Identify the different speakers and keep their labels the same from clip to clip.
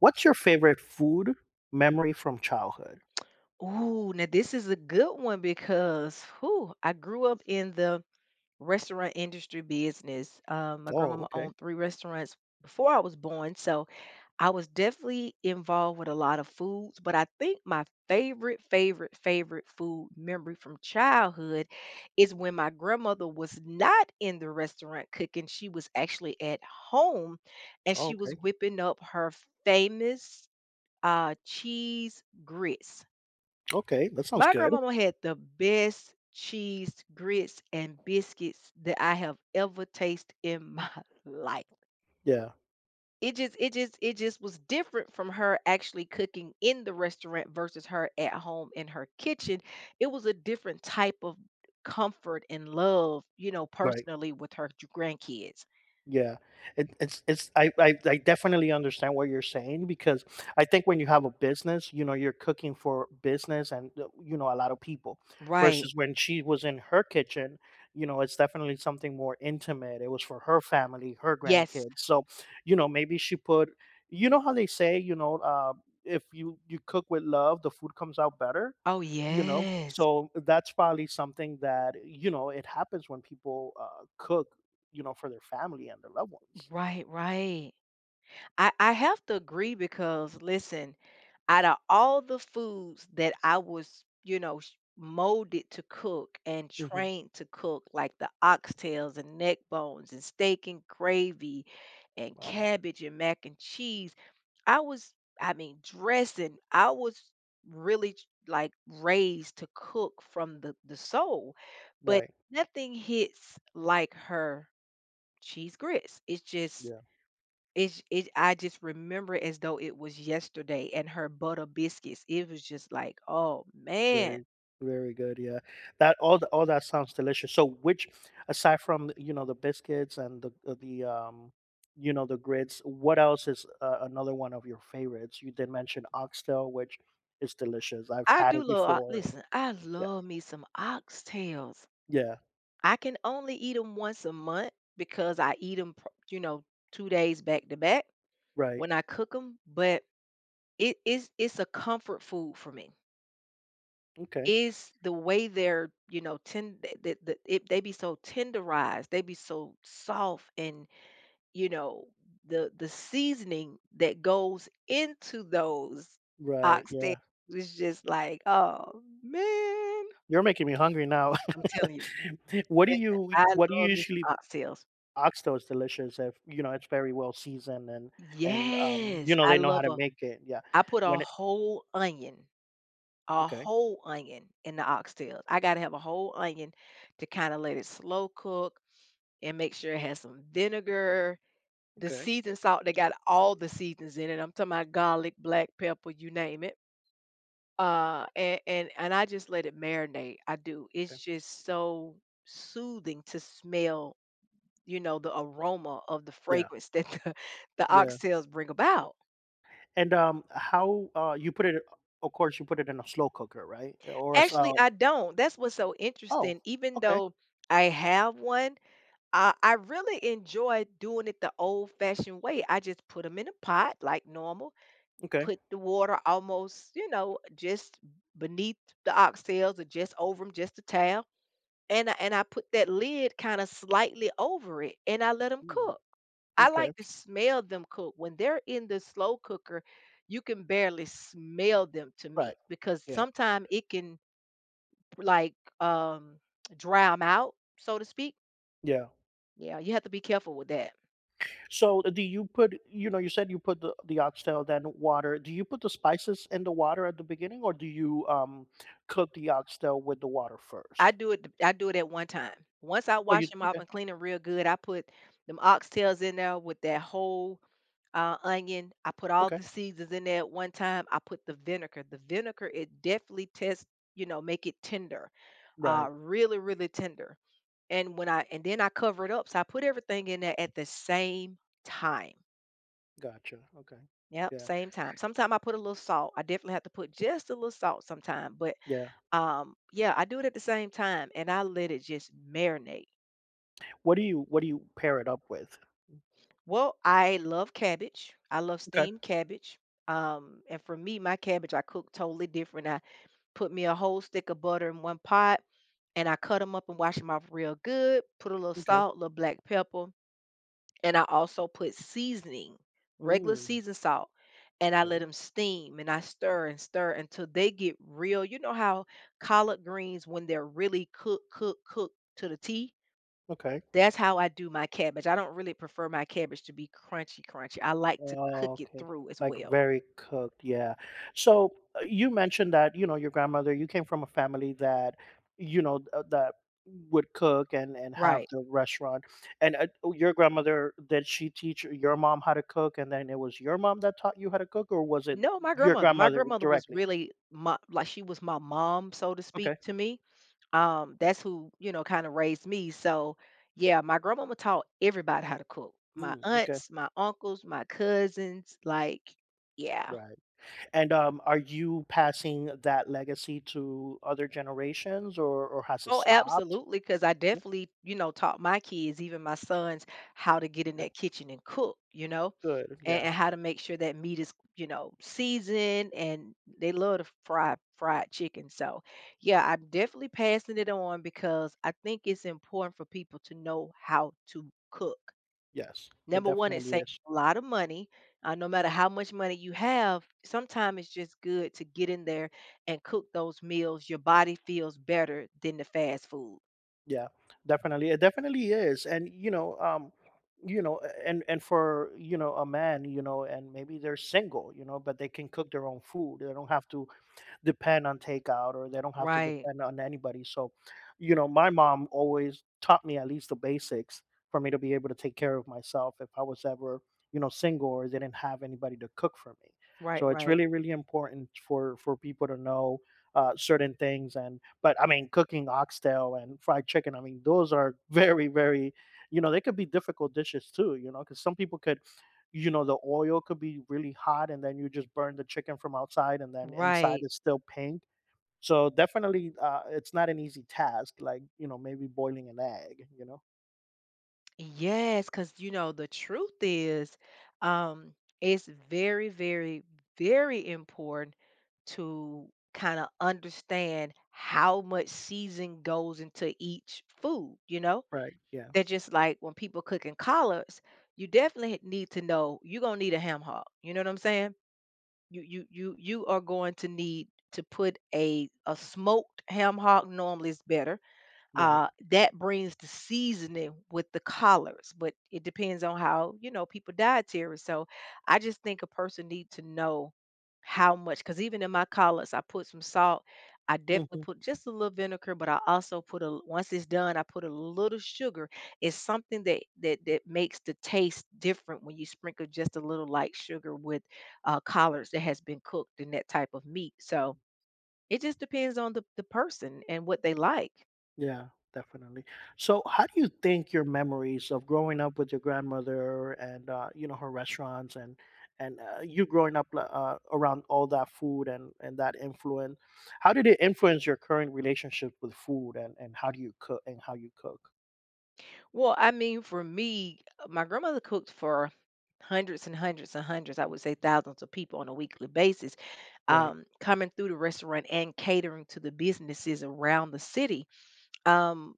Speaker 1: What's your favorite food memory from childhood?
Speaker 2: Ooh, now this is a good one because whew, I grew up in the restaurant industry business. My
Speaker 1: Oh,
Speaker 2: grandmama
Speaker 1: okay.
Speaker 2: owned three restaurants before I was born, so I was definitely involved with a lot of foods. But I think my favorite, favorite, favorite food memory from childhood is when my grandmother was not in the restaurant cooking; she was actually at home, and
Speaker 1: Oh,
Speaker 2: she
Speaker 1: okay.
Speaker 2: was whipping up her famous cheese grits.
Speaker 1: Okay, that sounds
Speaker 2: My
Speaker 1: good.
Speaker 2: grandmama had the best cheese, grits, and biscuits that I have ever tasted in my life.
Speaker 1: Yeah,
Speaker 2: It just was different from her actually cooking in the restaurant versus her at home in her kitchen. It was a different type of comfort and love, you know,
Speaker 1: right.
Speaker 2: personally with her grandkids.
Speaker 1: Yeah. It, it's I definitely understand what you're saying because I think when you have a business, you're cooking for business and you know, a lot of people
Speaker 2: Right.
Speaker 1: versus when she was in her kitchen, it's definitely something more intimate. It was for her family, her
Speaker 2: Yes.
Speaker 1: grandkids. So, you know, maybe she put you know, how they say, if you cook with love, the food comes out better.
Speaker 2: Oh,
Speaker 1: You know?
Speaker 2: yes.
Speaker 1: So that's probably something that, you know, it happens when people cook, you know, for their family and their loved ones.
Speaker 2: Right, right. I have to agree because listen, out of all the foods that I was, you know, molded to cook and
Speaker 1: Hmm.
Speaker 2: trained to cook, like the oxtails and neck bones and steak and gravy and
Speaker 1: Wow.
Speaker 2: cabbage and mac and cheese, I was, I mean, dressing, I was really like raised to cook from the soul, but
Speaker 1: Right.
Speaker 2: nothing hits like her cheese grits. It's just,
Speaker 1: Yeah.
Speaker 2: it's it I just remember it as though it was yesterday and her butter biscuits. It was just like, oh man.
Speaker 1: Very, very good. Yeah. That all that sounds delicious. So which aside from, you know, the biscuits and the you know, the grits, what else is another one of your favorites? You did mention oxtail, which is delicious. I've
Speaker 2: I
Speaker 1: had
Speaker 2: do
Speaker 1: it
Speaker 2: love ox
Speaker 1: before and
Speaker 2: listen, I
Speaker 1: yeah.
Speaker 2: love me some oxtails.
Speaker 1: Yeah,
Speaker 2: I can only eat them once a month because I eat them, you know, 2 days back to back
Speaker 1: right.
Speaker 2: when I cook them, but it is it's a comfort food for me.
Speaker 1: Okay.
Speaker 2: Is the way they're, you know, tend that it, they be so tenderized, they be so soft and you know, the seasoning that goes into those
Speaker 1: Right.
Speaker 2: oxtails
Speaker 1: Yeah.
Speaker 2: is just like, oh man.
Speaker 1: You're making me hungry now.
Speaker 2: I'm telling you,
Speaker 1: What do
Speaker 2: listen,
Speaker 1: you
Speaker 2: I
Speaker 1: what do you
Speaker 2: love me
Speaker 1: usually
Speaker 2: some oxtails.
Speaker 1: ask those delicious if, you know, it's very well seasoned and, you
Speaker 2: Yes,
Speaker 1: know,
Speaker 2: I
Speaker 1: they know how
Speaker 2: love
Speaker 1: to
Speaker 2: a
Speaker 1: make it? Yeah.
Speaker 2: I put
Speaker 1: When it
Speaker 2: a
Speaker 1: okay,
Speaker 2: whole onion in the oxtails. I gotta have a whole onion to kind of let it slow cook and make sure it has some vinegar. The
Speaker 1: okay,
Speaker 2: seasoned salt, they got all the seasons in it. I'm talking about garlic, black pepper, you name it. And I just let it marinate. I do. It's
Speaker 1: okay.
Speaker 2: just so soothing to smell, you know, the aroma of the
Speaker 1: Yeah,
Speaker 2: fragrance that the, the
Speaker 1: yeah.
Speaker 2: oxtails bring about.
Speaker 1: And, how, you put it of course, you put it in a slow cooker, right? Or a s
Speaker 2: Actually, I don't. That's what's so
Speaker 1: oh,
Speaker 2: interesting. Even
Speaker 1: okay,
Speaker 2: though I have one, I really enjoy doing it the old fashioned way. I just put them in a pot like normal,
Speaker 1: okay.
Speaker 2: put the water almost, you know, just beneath the oxtails or just over them, just a towel. And I put that lid kinda slightly over it, and I let them
Speaker 1: Mm,
Speaker 2: cook. I
Speaker 1: okay,
Speaker 2: like to smell them cook. When they're in the slow cooker, you can barely smell them to
Speaker 1: right.
Speaker 2: me because
Speaker 1: Yeah,
Speaker 2: sometimes it can, like, um, dry them out, so to speak.
Speaker 1: yeah.
Speaker 2: Yeah, you have to be careful with that.
Speaker 1: So do you put, you know, you said you put the oxtail, then water. Do you put the spices in the water at the beginning or do you cook the oxtail with the water first?
Speaker 2: I do it at one time. Once I
Speaker 1: Oh, you
Speaker 2: wash them off
Speaker 1: okay.
Speaker 2: and clean them real good, I put them oxtails in there with that whole onion. I put all
Speaker 1: Okay.
Speaker 2: the seasons in there at one time. I put the vinegar. The vinegar it definitely tests, you know, make it tender,
Speaker 1: Right.
Speaker 2: really really tender. And then I cover it up, so I put everything in there at the same time.
Speaker 1: Gotcha. Okay.
Speaker 2: Yep,
Speaker 1: Yeah.
Speaker 2: same time. Sometimes I put a little salt. I definitely have to put just a little salt sometime, but
Speaker 1: Yeah.
Speaker 2: yeah, I do it at the same time and I let it just marinate.
Speaker 1: What do you pair it up with?
Speaker 2: Well, I love cabbage. I love
Speaker 1: Okay.
Speaker 2: steamed cabbage. And for me, my cabbage I cook totally different. I put me a whole stick of butter in one pot and I cut them up and wash them off real good, put a little
Speaker 1: Okay.
Speaker 2: salt, a little black pepper, and I also put seasoning, regular
Speaker 1: Mm,
Speaker 2: season salt, and I let
Speaker 1: okay.
Speaker 2: them steam and I stir and stir until they get real. You know how collard greens, when they're really cooked, cooked, cooked to the T,
Speaker 1: Okay.
Speaker 2: that's how I do my cabbage. I don't really prefer my cabbage to be crunchy, crunchy. I like to
Speaker 1: Oh,
Speaker 2: cook it
Speaker 1: okay.
Speaker 2: through as
Speaker 1: Like
Speaker 2: well.
Speaker 1: very cooked, yeah. So you mentioned that, you know, your grandmother, you came from a family that, you know, that would cook and have
Speaker 2: Right.
Speaker 1: the restaurant. And oh, your grandmother, did she teach your mom how to cook and then it was your mom that taught you how to cook or was it
Speaker 2: No, my
Speaker 1: your
Speaker 2: grandmother. My
Speaker 1: grandmother
Speaker 2: grandmother was
Speaker 1: directly?
Speaker 2: really my like she was my mom, so to
Speaker 1: Okay.
Speaker 2: speak, to me. That's who, you know, kind of raised me. So yeah, my grandmama taught everybody how to cook. My
Speaker 1: Mm, okay.
Speaker 2: aunts, my uncles, my cousins, like, yeah.
Speaker 1: Right. And are you passing that legacy to other generations or has it
Speaker 2: Oh,
Speaker 1: stopped?
Speaker 2: absolutely, because I
Speaker 1: Yeah,
Speaker 2: definitely, you know, taught my kids, even my sons, how to get in
Speaker 1: okay.
Speaker 2: that kitchen and cook, you know.
Speaker 1: Good.
Speaker 2: and,
Speaker 1: Yeah.
Speaker 2: and how to make sure that meat is you know seasoned and they love to fry fried chicken, so yeah, I'm definitely passing it on because I think it's important for people to know how to cook.
Speaker 1: Yes, it
Speaker 2: Number one, it
Speaker 1: definitely
Speaker 2: saves
Speaker 1: is.
Speaker 2: a lot of money. No matter how much money you have sometimes it's just good to get in there and cook those meals, your body feels better than the fast food.
Speaker 1: Yeah, definitely. It definitely is. And you know, and for you know a man, you know, and maybe they're single, you know, but they can cook their own food. They don't have to depend on takeout or they don't have to
Speaker 2: Right,
Speaker 1: depend on anybody. So, you know, my mom always taught me at least the basics for me to be able to take care of myself if I was ever, you know, single or didn't have anybody to cook for me.
Speaker 2: right,
Speaker 1: So it's
Speaker 2: right,
Speaker 1: really, really important for people to know certain things. And but I mean, cooking oxtail and fried chicken. I mean, those are very, very, you know, they could be difficult dishes too. You know, because some people could you know, the oil could be really hot and then you just burn the chicken from outside and then inside
Speaker 2: right.
Speaker 1: is still pink. So definitely it's not an easy task like, you know, maybe boiling an egg, you know.
Speaker 2: Yes, because you know the truth is, um, it's very, very, very important to kind of understand how much season goes into each food. You know,
Speaker 1: Right. Yeah.
Speaker 2: they're just like when people cooking collards, you definitely need to know you're gonna need a ham hock. You know what I'm saying? You are going to need to put a smoked ham hock. Normally, is better
Speaker 1: Right.
Speaker 2: that brings the seasoning with the collards, but it depends on how you know people dietary. So I just think a person need to know how much, because even in my collards, I put some salt. I definitely
Speaker 1: Hmm.
Speaker 2: put just a little vinegar, but I also put a once it's done, I put a little sugar. It's something that makes the taste different when you sprinkle just a little light sugar with collards that has been cooked and that type of meat. So it just depends on the person and what they like.
Speaker 1: Yeah, definitely. So how do you think your memories of growing up with your grandmother and you know, her restaurants and you growing up like, around all that food and that influence how did it influence your current relationship with food and how do you cook and how you cook?
Speaker 2: Well, I mean, for me, my grandmother cooked for hundreds and hundreds and hundreds, I would say thousands of people on a weekly basis,
Speaker 1: Right,
Speaker 2: coming through the restaurant and catering to the businesses around the city. Um,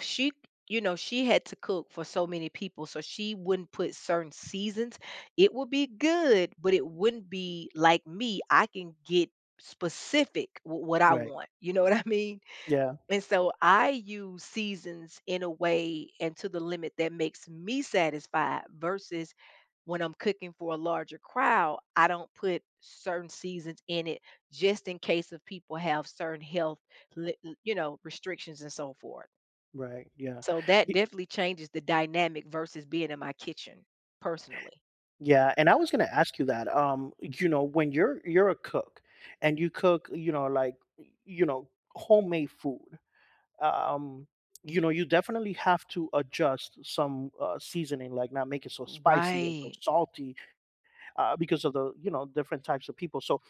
Speaker 2: she, you know, she had to cook for so many people, so she wouldn't put certain seasons. It would be good, but it wouldn't be like me. I can get specific with what I
Speaker 1: right.
Speaker 2: want. You know what I mean?
Speaker 1: Yeah,
Speaker 2: And so I use seasons in a way and to the limit that makes me satisfied versus when I'm cooking for a larger crowd, I don't put certain seasons in it just in case of people have certain health, li- you know, restrictions and so forth.
Speaker 1: right, yeah.
Speaker 2: So that
Speaker 1: Y
Speaker 2: definitely changes the dynamic versus being in my kitchen personally.
Speaker 1: Yeah, and I was gonna ask you that, you know, when you're a cook and you cook, you know, like, you know, homemade food, um, you know, you definitely have to adjust some, seasoning, like, not make it so spicy and so
Speaker 2: Right.
Speaker 1: salty, because of the, you know, different types of people, so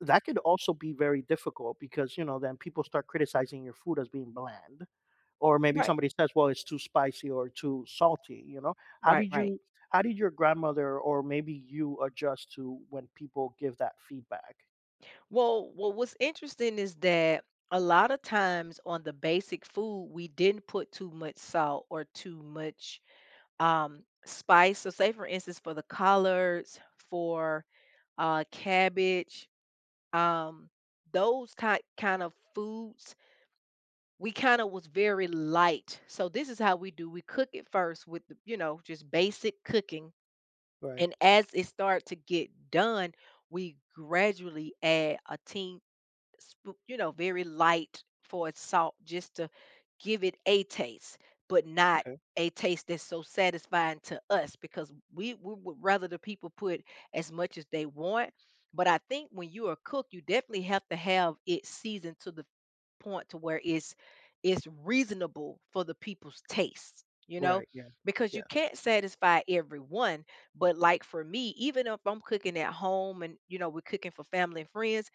Speaker 1: that could also be very difficult because, you know, then people start criticizing your food as being bland, or maybe
Speaker 2: Right,
Speaker 1: somebody says, "Well, it's too spicy or too salty." You know, how
Speaker 2: right,
Speaker 1: did
Speaker 2: right.
Speaker 1: you, how did your grandmother or maybe you adjust to when people give that feedback?
Speaker 2: Well, what was interesting is that a lot of times on the basic food, we didn't put too much salt or too much spice. So, say for instance, for the collards, for cabbage, um, those kind of foods, we kind of was very light. So, this is how we do: we cook it first with, the, you know, just basic cooking,
Speaker 1: Right.
Speaker 2: and as it start to get done, we gradually add a teeny spoo you know, very light for its salt just to give it a taste, but not
Speaker 1: Okay.
Speaker 2: a taste that's so satisfying to us because we would rather the people put as much as they want. But I think when you are a cook, you definitely have to have it seasoned to the point to where it's reasonable for the people's taste, you know,
Speaker 1: Right. Yeah.
Speaker 2: because you
Speaker 1: Yeah.
Speaker 2: can't satisfy everyone. But like for me, even if I'm cooking at home and you know we're cooking for family and friends,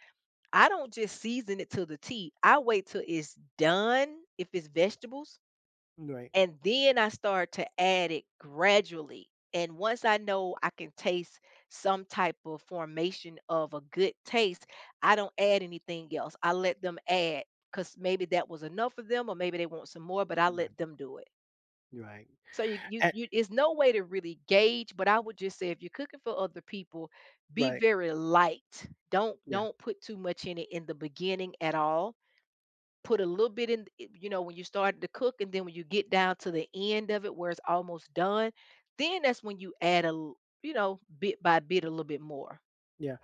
Speaker 2: I don't just season it to the T. I wait till it's done, if it's vegetables,
Speaker 1: Right.
Speaker 2: and then I start to add it gradually. And once I know I can taste some type of formation of a good taste, I don't add anything else. I let them add because maybe that was enough for them, or maybe they want some more, but I
Speaker 1: Right.
Speaker 2: let them do it.
Speaker 1: Right.
Speaker 2: So you you
Speaker 1: And,
Speaker 2: you it's no way to really gauge, but I would just say if you're cooking for other people, be
Speaker 1: right.
Speaker 2: very light. Don't put too much in it in the beginning at all. Put a little bit in, you know, when you start to cook, and then when you get down to the end of it where it's almost done, then that's when you add a, you know, bit by bit a little bit more.
Speaker 1: Yeah.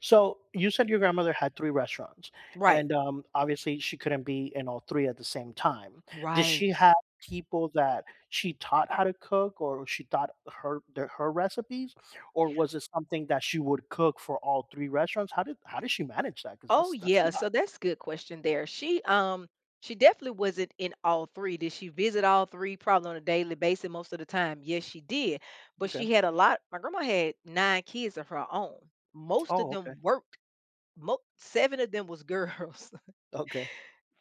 Speaker 1: So you said your grandmother had three restaurants,
Speaker 2: Right.
Speaker 1: and obviously she couldn't be in all three at the same time. Did
Speaker 2: Right.
Speaker 1: she have people that she taught how to cook, or she taught her recipes, or was it something that she would cook for all three restaurants? How did she manage that? Because
Speaker 2: Oh
Speaker 1: that's a
Speaker 2: yeah,
Speaker 1: lot.
Speaker 2: so that's a good question there. She she definitely wasn't in all three. Did she visit all three probably on a daily basis most of the time? Yes, she did. But
Speaker 1: Okay.
Speaker 2: she had a lot. My grandma had nine kids of her own. Most of
Speaker 1: Oh, okay.
Speaker 2: them worked. Seven of them was girls.
Speaker 1: Okay.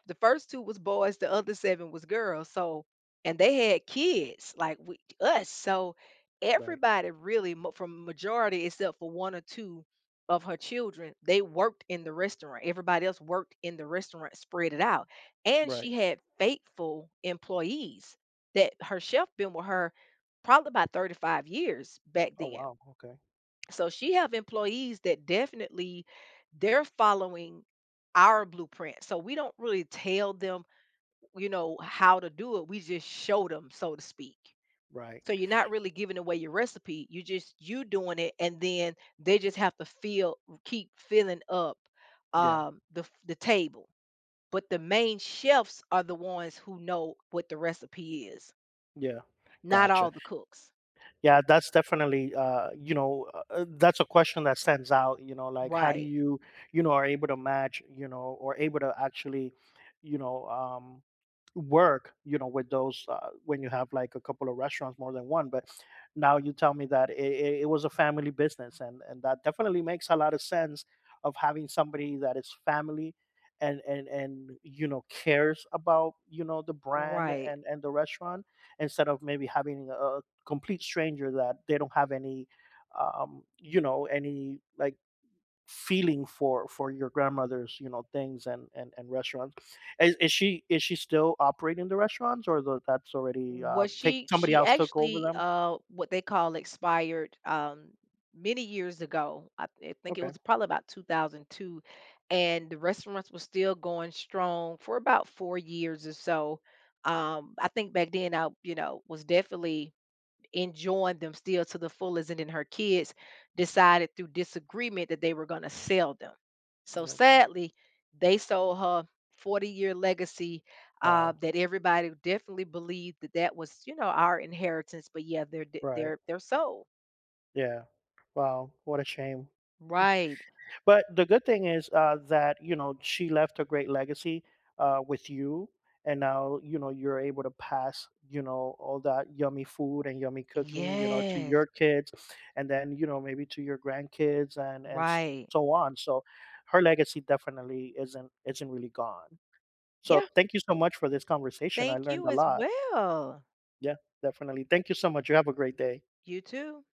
Speaker 2: The first 2 was boys, the other 7 was girls, so and they had kids, like, we us, so
Speaker 1: Right.
Speaker 2: everybody really mo from majority except for 1 or 2 of her children, they worked in the restaurant. Everybody else worked in the restaurant, spread it out, and
Speaker 1: Right.
Speaker 2: she had faithful employees that her chef been with her probably about 35 years back
Speaker 1: Oh
Speaker 2: then.
Speaker 1: wow. Okay.
Speaker 2: So she have employees that definitely they're following our blueprint, so we don't really tell them you know how to do it, we just show them, so to speak.
Speaker 1: Right.
Speaker 2: So you're not really giving away your recipe, you just you doing it and then they just have to feel keep filling up
Speaker 1: Yeah.
Speaker 2: the the table, but the main chefs are the ones who know what the recipe is,
Speaker 1: Yeah.
Speaker 2: not
Speaker 1: Gotcha.
Speaker 2: all the cooks.
Speaker 1: Yeah, that's definitely, you know, that's a question that stands out. You know, like how do
Speaker 2: Right,
Speaker 1: you, you know, are able to match, you know, or able to actually, you know, work, you know, with those when you have like a couple of restaurants, more than one. But now you tell me that it was a family business, and that definitely makes a lot of sense of having somebody that is family. And you know cares about you know the brand
Speaker 2: right.
Speaker 1: and the restaurant instead of maybe having a complete stranger that they don't have any you know any like feeling for your grandmother's you know things and restaurants. Is she still operating the restaurants or the, that's already
Speaker 2: Was
Speaker 1: take somebody
Speaker 2: she
Speaker 1: else took over
Speaker 2: actually
Speaker 1: them?
Speaker 2: what they call expired many years ago. I think it
Speaker 1: Okay.
Speaker 2: was probably about 2002 and the restaurants were still going strong for about 4 years or so. I think back then I, you know, was definitely enjoying them still to the fullest, and then her kids decided through disagreement that they were going to sell them. So
Speaker 1: Okay.
Speaker 2: sadly, they sold her 40-year legacy
Speaker 1: Wow.
Speaker 2: that everybody definitely believed that that was, you know, our inheritance. But yeah, they're d-
Speaker 1: Right.
Speaker 2: they're they're sold.
Speaker 1: Yeah. Wow, what a shame.
Speaker 2: Right.
Speaker 1: But the good thing is that you know she left a great legacy with you, and now you know you're able to pass you know all that yummy food and yummy cooking you know to your
Speaker 2: Yes.
Speaker 1: kids, and then you know maybe to your grandkids and
Speaker 2: Right.
Speaker 1: so on. So her legacy definitely isn't really gone. So
Speaker 2: Yeah.
Speaker 1: thank you so much for this conversation. I
Speaker 2: Thank
Speaker 1: learned
Speaker 2: you
Speaker 1: a
Speaker 2: as
Speaker 1: lot.
Speaker 2: well.
Speaker 1: Yeah, definitely. Thank you so much. You have a great day.
Speaker 2: You too.